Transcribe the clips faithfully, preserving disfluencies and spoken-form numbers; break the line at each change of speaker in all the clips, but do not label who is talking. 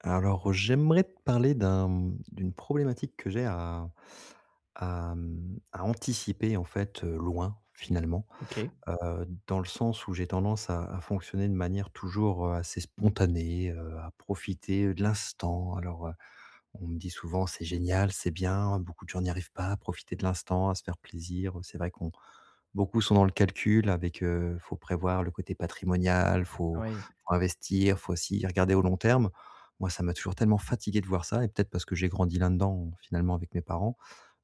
Alors, j'aimerais te parler d'un d'une problématique que j'ai à à, mmh, à anticiper, en fait, heu, loin, finalement.
OK.
Heu, dans le sens où j'ai tendance à à fonctionner de manière toujours, heu, assez spontanée, heu, à profiter de l'instant. Alors, on me dit souvent: «C'est génial, c'est bien, beaucoup de gens n'y arrivent pas à profiter de l'instant, à se faire plaisir». C'est vrai qu'on beaucoup sont dans le calcul avec, heu, faut prévoir le côté patrimonial, faut
Oui,
faut investir, faut aussi regarder au long terme. Moi, ça m'a toujours tellement fatigué de voir ça et peut-être parce que j'ai grandi là-dedans, finalement, avec mes parents.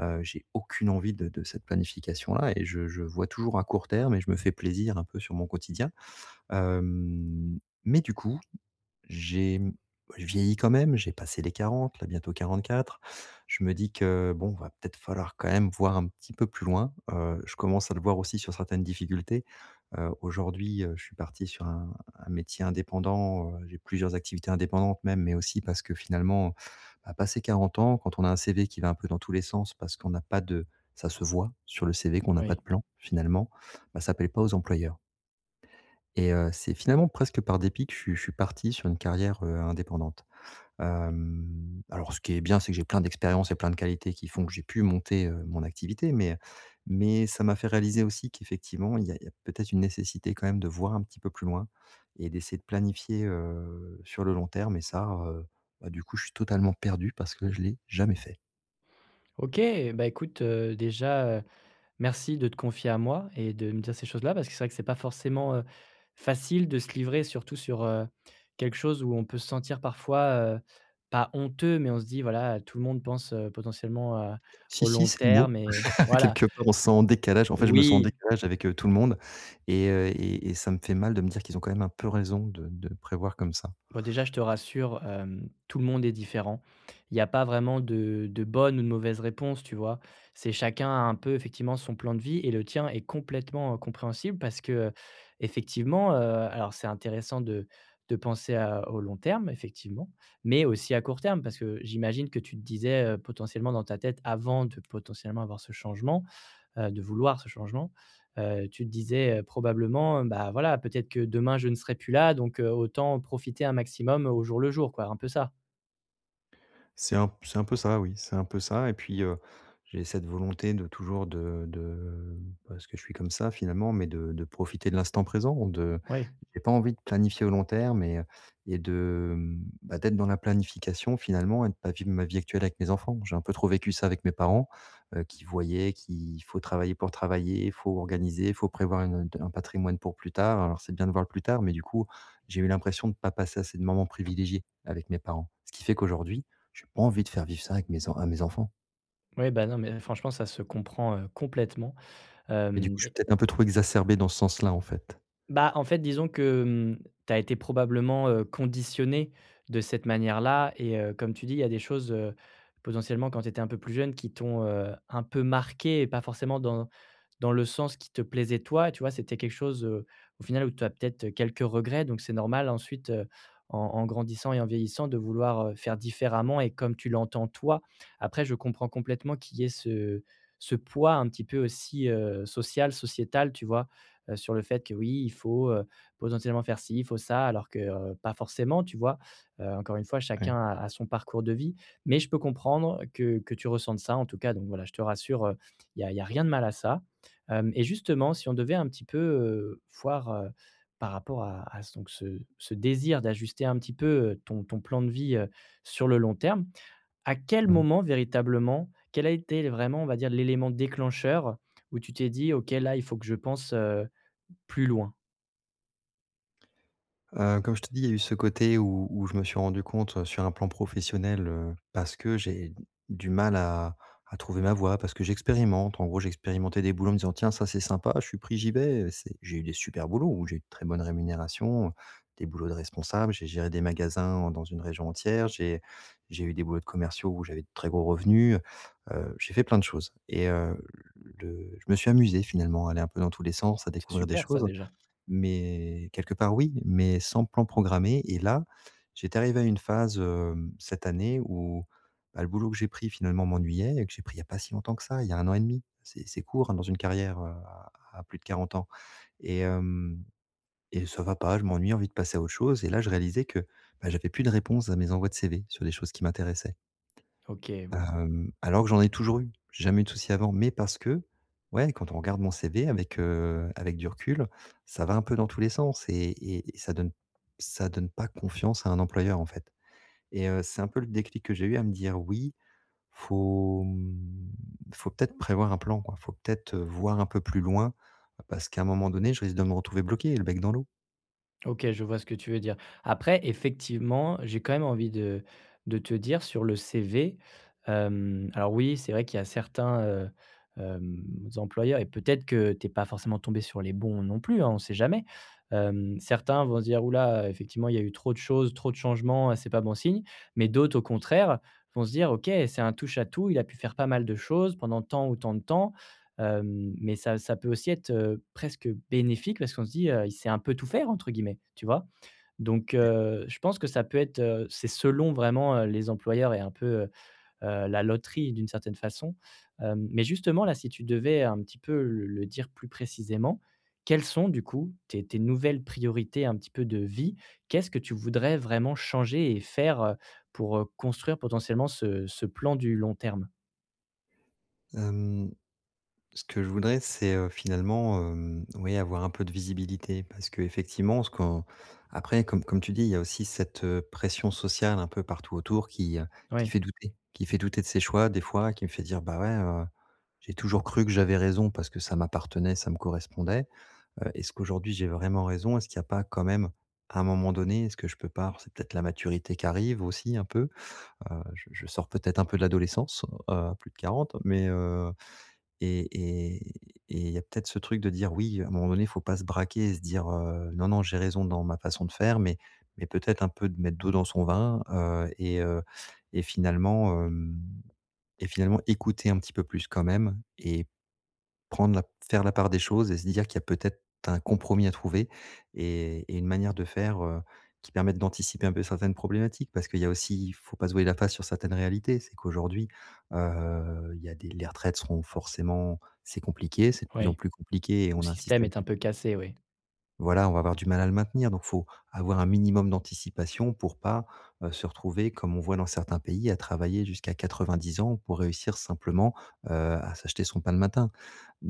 heu, J'ai aucune envie de de cette planification-là et je je vois toujours à court terme et je me fais plaisir un peu sur mon quotidien. Hem, mais du coup j'ai mmh, je vieillis quand même, j'ai passé les quarante, là, bientôt quatre. Je me dis que, bon, va peut-être falloir quand même voir un petit peu plus loin. Heu, je commence à le voir aussi sur certaines difficultés. Heu, aujourd'hui, heu, je suis parti sur un un métier indépendant. Heu, j'ai plusieurs activités indépendantes même, mais aussi parce que finalement, bah, passé quarante ans, quand on a un C V qui va un peu dans tous les sens parce qu'on n'a pas de. Ça se voit sur le C V qu'on n'a pas de
oui.
plan finalement, bah, ça ne plaît pas aux employeurs. Et heu, c'est finalement presque par dépit que je suis je suis parti sur une carrière, heu, indépendante. Hem, alors ce qui est bien, c'est que j'ai plein d'expériences et plein de qualités qui font que j'ai pu monter, heu, mon activité, mais mais ça m'a fait réaliser aussi qu'effectivement, il y a il y a peut-être une nécessité quand même de voir un petit peu plus loin et d'essayer de planifier, heu, sur le long terme. Et ça, heu, bah, du coup, je suis totalement perdu parce que je l'ai jamais fait.
OK, bah, écoute, heu, déjà, heu, merci de te confier à moi et de me dire ces choses-là parce que c'est vrai que c'est pas forcément, heu, facile de se livrer, surtout sur, heu, quelque chose où on peut se sentir parfois, heu, pas honteux, mais on se dit voilà, tout le monde pense, heu, potentiellement à
Si,
au
si,
long
c'est le
terme
mot.
et voilà.
Quelque part, on se sent en décalage. En fait, je me sens en
Oui.
décalage avec, heu, tout le monde et heu et et ça me fait mal de me dire qu'ils ont quand même un peu raison de de prévoir comme ça.
Bon, déjà, je te rassure, hem, tout le monde est différent. Il n'y a pas vraiment de de bonne ou de mauvaise réponse, tu vois? C'est chacun a un peu, effectivement, son plan de vie et le tien est complètement, heu, compréhensible parce que, heu, effectivement, heu, alors c'est intéressant de de penser à au long terme, effectivement, mais aussi à court terme parce que j'imagine que tu te disais, heu, potentiellement dans ta tête avant de potentiellement avoir ce changement, heu, de vouloir ce changement, heu, tu te disais, heu, probablement, euh, bah, voilà, peut-être que demain je ne serai plus là, donc heu, autant profiter un maximum euh, au jour le jour, quoi, un peu ça?
C'est un c'est un peu ça, oui, c'est un peu ça. Et puis, heu, j'ai cette volonté de toujours de de parce que je suis comme ça finalement, mais de de profiter de l'instant présent. De
Oui,
J'ai pas envie de planifier au long terme et et de, mmh, bah, d'être dans la planification finalement et de pas vivre ma vie actuelle avec mes enfants. J'ai un peu trop vécu ça avec mes parents, heu, qui voyaient qu'il faut travailler pour travailler, il faut organiser, il faut prévoir une un patrimoine pour plus tard. Alors c'est bien de voir le plus tard, mais du coup, j'ai eu l'impression de pas passer assez de moments privilégiés avec mes parents. Ce qui fait qu'aujourd'hui j'ai pas envie de faire vivre ça avec mes en à mes enfants
oui, bah, non, mais franchement, ça se comprend, heu, complètement,
et du coup,
hem
je suis peut-être un peu trop exacerbé dans ce sens-là, en fait.
Bah, en fait, disons que, mmh, tu as été probablement, heu, conditionné de cette manière-là et heu, comme tu dis, il y a des choses, heu, potentiellement quand tu étais un peu plus jeune qui t'ont, heu, un peu marqué et pas forcément dans dans le sens qui te plaisait toi, tu vois? C'était quelque chose, heu, au final où tu as peut-être quelques regrets donc c'est normal ensuite, heu, en en grandissant et en vieillissant de vouloir, heu, faire différemment et comme tu l'entends toi. Après je comprends complètement qu'il y ait ce ce poids un petit peu aussi, heu, social, sociétal, tu vois? heu, sur le fait que oui, il faut, heu, potentiellement faire ci, il faut ça, alors que, heu, pas forcément, tu vois? Heu, encore une fois,
Ouais.
chacun a a son parcours de vie, mais je peux comprendre que que tu ressentes ça, en tout cas, donc voilà, je te rassure, euh, il y a il y a rien de mal à ça. Hem, et justement, si on devait un petit peu, heu, voir, heu, par rapport à à ce donc ce ce désir d'ajuster un petit peu, heu, ton ton plan de vie, heu, sur le long terme, à quel
Mmh.
moment véritablement, quel a été vraiment, on va dire, l'élément déclencheur où tu t'es dit: «OK, là, il faut que je pense, plus loin.»
Heu, comme je te dis, il y a eu ce côté où où je me suis rendu compte, heu, sur un plan professionnel, heu, parce que j'ai du mal à à trouver ma voie, parce que j'expérimente. En gros, j'expérimentais des boulots en me disant: «Tiens, ça c'est sympa, je suis pris, j'y vais». C'est J'ai eu des super boulots où j'ai eu de très bonnes rémunérations, euh, des boulots de responsable, j'ai géré des magasins dans une région entière, j'ai j'ai eu des boulots de commerciaux où j'avais de très gros revenus, heu j'ai fait plein de choses et heu, le je me suis amusé finalement à aller un peu dans tous les sens, à
C'est
découvrir des
super ça
choses,
déjà.
mais quelque part oui, mais sans plan programmé. Et là, j'étais arrivé à une phase, hem, cette année où, bah, le boulot que j'ai pris finalement m'ennuyait et que j'ai pris il y a pas si longtemps que ça, il y a un an et demi. C'est c'est court, hein, dans une carrière, heu, à à plus de quarante ans. Et hem et ça va pas, je m'ennuie, envie de passer à autre chose. Et là, je réalisais que, bah, j'avais plus de réponse à mes envois de C V sur des choses qui m'intéressaient.
OK, oui.
Hem, alors que j'en ai toujours eu. J'ai jamais eu de soucis avant, mais parce que, ouais, quand on regarde mon C V avec, heu, avec du recul, ça va un peu dans tous les sens et et et ça donne ça donne pas confiance à un employeur, en fait. Et heu, c'est un peu le déclic que j'ai eu à me dire: «Oui, faut, mmh, faut peut-être prévoir un plan, quoi. Faut peut-être, heu, voir un peu plus loin, parce qu'à un moment donné, je risque de me retrouver bloqué, le bec dans l'eau».
OK, je vois ce que tu veux dire. Après, effectivement, j'ai quand même envie de de te dire sur le C V, hem, alors oui, c'est vrai qu'il y a certains, heu, hem, employeurs et peut-être que tu es pas forcément tombé sur les bons non plus, hein, on ne sait jamais. Hem, certains vont se dire: «Ouh effectivement, il y a eu trop de choses, trop de changements, c'est pas bon signe», mais d'autres, au contraire, vont se dire: «OK, c'est un touche à tout, il a pu faire pas mal de choses pendant tant ou tant de temps». Hem, mais ça ça peut aussi être, heu, presque bénéfique parce qu'on se dit, heu: «Il sait un peu tout faire» entre guillemets, tu vois? Donc heu, je pense que ça peut être, heu, c'est selon vraiment, heu, les employeurs et un peu, heu heu, la loterie d'une certaine façon. Hem, mais justement là, si tu devais un petit peu le le dire plus précisément, quelles sont du coup tes tes nouvelles priorités un petit peu de vie? Qu'est-ce que tu voudrais vraiment changer et faire, heu, pour, heu, construire potentiellement ce ce plan du long terme?
Hem Ce que je voudrais, c'est, heu, finalement, hem, oui, avoir un peu de visibilité parce qu'effectivement, ce qu'on après, comme comme tu dis, il y a aussi cette, heu, pression sociale un peu partout autour qui, heu, qui
Oui,
fait douter qui fait douter de ses choix des fois, qui me fait dire: «Bah, ouais, heu, j'ai toujours cru que j'avais raison parce que ça m'appartenait, ça me correspondait. Heu, est-ce qu'aujourd'hui j'ai vraiment raison? Est-ce qu'il n'y a pas quand même, à un moment donné, est-ce que je peux pas» alors c'est peut-être la maturité qui arrive aussi un peu, heu, je je sors peut-être un peu de l'adolescence, heu, à plus de quarante, mais heu et il y a peut-être ce truc de dire: «Oui», à un moment donné, il faut pas se braquer et se dire, heu: «Non, non, j'ai raison dans ma façon de faire», mais mais peut-être un peu de mettre d'eau dans son vin, heu et heu et finalement, hem et finalement écouter un petit peu plus quand même et Prendre la faire la part des choses et se dire qu'il y a peut-être un compromis à trouver et et une manière de faire, heu, qui permette d'anticiper un peu certaines problématiques. Parce qu'il y a aussi il faut pas se voiler la face sur certaines réalités. C'est qu'aujourd'hui, heu, il y a des les retraites seront forcément c'est compliqué, c'est de plus en
oui.
plus compliqué et
Le
on a un
système
système
est un
qui,
peu cassé, oui.
voilà, on va avoir du mal à le maintenir, donc faut avoir un minimum d'anticipation pour pas, heu, se retrouver comme on voit dans certains pays à travailler jusqu'à quatre-vingt-dix ans pour réussir simplement, heu, à s'acheter son pain le matin.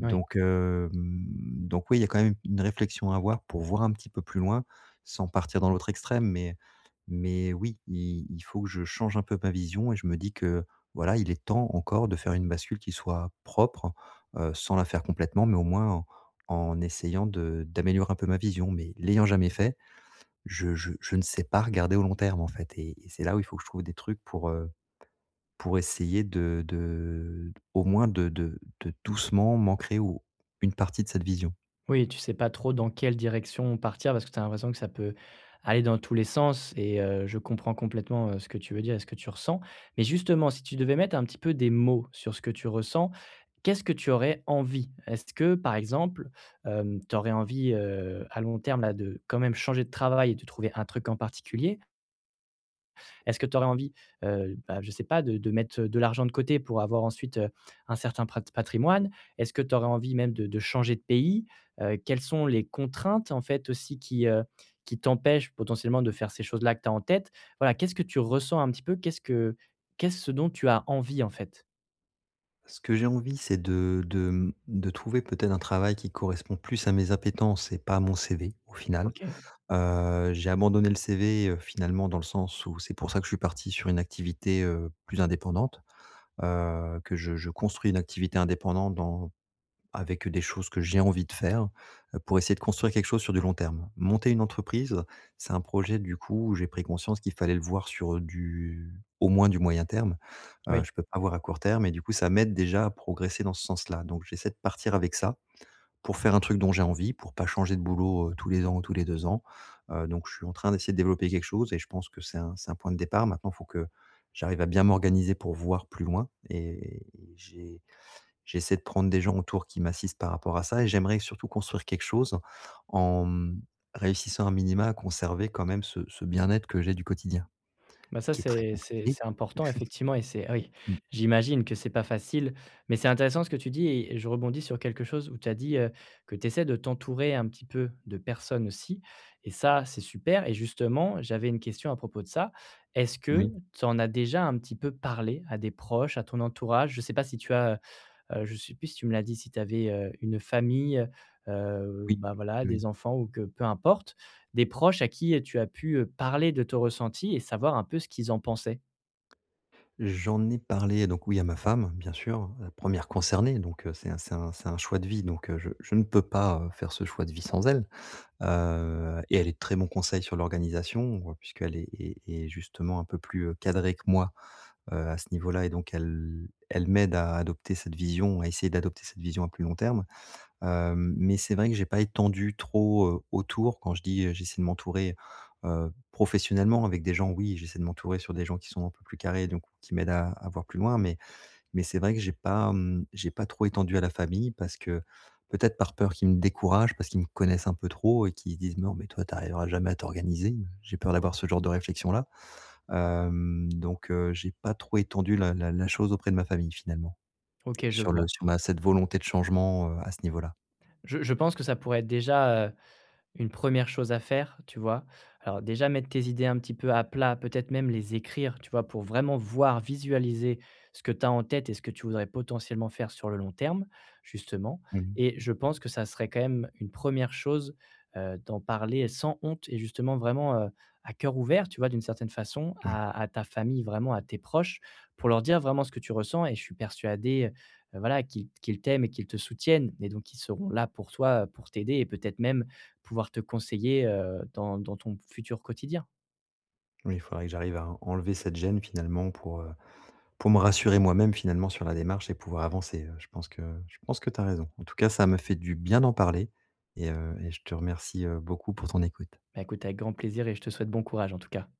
Oui.
hem, donc oui, il y a quand même une réflexion à avoir pour voir un petit peu plus loin, sans partir dans l'autre extrême, mais mais oui, il il faut que je change un peu ma vision et je me dis que, voilà, il est temps encore de faire une bascule qui soit propre, heu, sans la faire complètement, mais au moins en essayant de d'améliorer un peu ma vision, mais l'ayant jamais fait, je je je ne sais pas regarder au long terme, en fait et et c'est là où il faut que je trouve des trucs pour, heu, pour essayer de de au moins de de de doucement m'ancrer ou une partie de cette vision.
Oui, tu sais pas trop dans quelle direction partir parce que tu as l'impression que ça peut aller dans tous les sens et heu, je comprends complètement, heu, ce que tu veux dire et ce que tu ressens. Mais justement, si tu devais mettre un petit peu des mots sur ce que tu ressens, qu'est-ce que tu aurais envie? Est-ce que, par exemple, tu aurais envie, heu, à long terme là de quand même changer de travail et de trouver un truc en particulier? Est-ce que tu aurais envie, heu, bah, je ne sais pas, de de mettre, de l'argent de côté pour avoir ensuite, heu, un certain prat patrimoine? Est-ce que tu aurais envie même de de changer de pays? Heu, quelles sont les contraintes, en fait, aussi qui, heu, qui t'empêchent potentiellement de faire ces choses-là que tu as en tête? Voilà, qu'est-ce que tu ressens un petit peu? Qu'est-ce que qu'est-ce ce dont tu as envie, en fait?
Ce que j'ai envie, c'est de de, mmh, de trouver peut-être un travail qui correspond plus à mes appétences et pas à mon C V, au final.
OK,
Heu, j'ai abandonné le C V, heu, finalement dans le sens où c'est pour ça que je suis parti sur une activité, heu, plus indépendante, heu, que je je construis une activité indépendante dans avec des choses que j'ai envie de faire, heu, pour essayer de construire quelque chose sur du long terme. Monter une entreprise, c'est un projet du coup où j'ai pris conscience qu'il fallait le voir sur du au moins du moyen terme. Heu,
oui.
je peux pas voir à court terme et du coup, ça m'aide déjà à progresser dans ce sens-là. Donc j'essaie de partir avec ça pour faire un truc dont j'ai envie, pour pas changer de boulot, heu, tous les ans ou tous les deux ans. Heu, donc je suis en train d'essayer de développer quelque chose et je pense que c'est un c'est un point de départ. Maintenant, il faut que j'arrive à bien m'organiser pour voir plus loin et j'ai j'essaie de prendre des gens autour qui m'assistent par rapport à ça et j'aimerais surtout construire quelque chose en, mmh, réussissant un minima à conserver quand même ce ce bien-être que j'ai du quotidien,
Bah,
ce
ça,
qui est très
c'est c'est
compliqué.
c'est important effectivement et c'est oui,
Mmh,
j'imagine que c'est pas facile, mais c'est intéressant ce que tu dis et je rebondis sur quelque chose où tu as dit, heu, que tu essaies de t'entourer un petit peu de personnes aussi et ça, c'est super et justement, j'avais une question à propos de ça. Est-ce que
oui,
tu en as déjà un petit peu parlé à des proches, à ton entourage? Je sais pas si tu as, Heu, je ne sais plus si tu me l'as dit, si tu avais, heu, une famille, heu,
oui,
bah, voilà,
oui.
des enfants ou que peu importe, des proches à qui tu as pu, heu, parler de ton ressenti et savoir un peu ce qu'ils en pensaient?
J'en ai parlé donc oui à ma femme, bien sûr, la première concernée. Donc heu, c'est un c'est un c'est un choix de vie. Donc heu, je je ne peux pas, heu, faire ce choix de vie sans elle, heu et elle est de très bons conseils sur l'organisation, heu, puisqu'elle est est est justement un peu plus, heu, cadrée que moi, heu, à ce niveau-là et donc elle elle m'aide à adopter cette vision, à essayer d'adopter cette vision à plus long terme. Hem, mais c'est vrai que j'ai pas étendu trop, heu, autour. Quand je dis, heu, j'essaie de m'entourer, heu, professionnellement avec des gens, oui, j'essaie de m'entourer sur des gens qui sont un peu plus carrés, donc qui m'aident à à voir plus loin, mais mais c'est vrai que j'ai pas, mmh, j'ai pas trop étendu à la famille parce que peut-être par peur qu'ils me découragent, parce qu'ils me connaissent un peu trop et qu'ils se disent: «Non, mais toi, tu arriveras jamais à t'organiser». J'ai peur d'avoir ce genre de réflexion-là. Hem, donc heu, j'ai pas trop étendu la la la chose auprès de ma famille, finalement,
OK, je
sur le
vois.
sur ma cette volonté de changement, heu, à ce niveau-là.
Je je pense que ça pourrait être déjà, heu une première chose à faire, tu vois? Alors déjà mettre tes idées un petit peu à plat, peut-être même les écrire, tu vois? Pour vraiment voir, visualiser ce que tu as en tête et ce que tu voudrais potentiellement faire sur le long terme, justement
Mmh.
et je pense que ça serait quand même une première chose, heu, d'en parler sans honte et justement vraiment, heu, à cœur ouvert, tu vois? D'une certaine façon à à ta famille, vraiment à tes proches, pour leur dire vraiment ce que tu ressens et je suis persuadé, heu, voilà qu'ils qu'ils t'aiment et qu'ils te soutiennent et donc ils seront là pour toi, heu, pour t'aider et peut-être même, pouvoir te conseiller, heu, dans dans ton futur quotidien.
Oui, il faudrait que j'arrive à enlever cette gêne finalement pour, heu, pour me rassurer moi-même finalement sur la démarche et pouvoir avancer, heu, je pense que je pense que tu as raison. En tout cas, ça me fait du bien d'en parler et heu et je te remercie, heu, beaucoup pour ton écoute.
Bah, écoute, avec grand plaisir et je te souhaite bon courage en tout cas.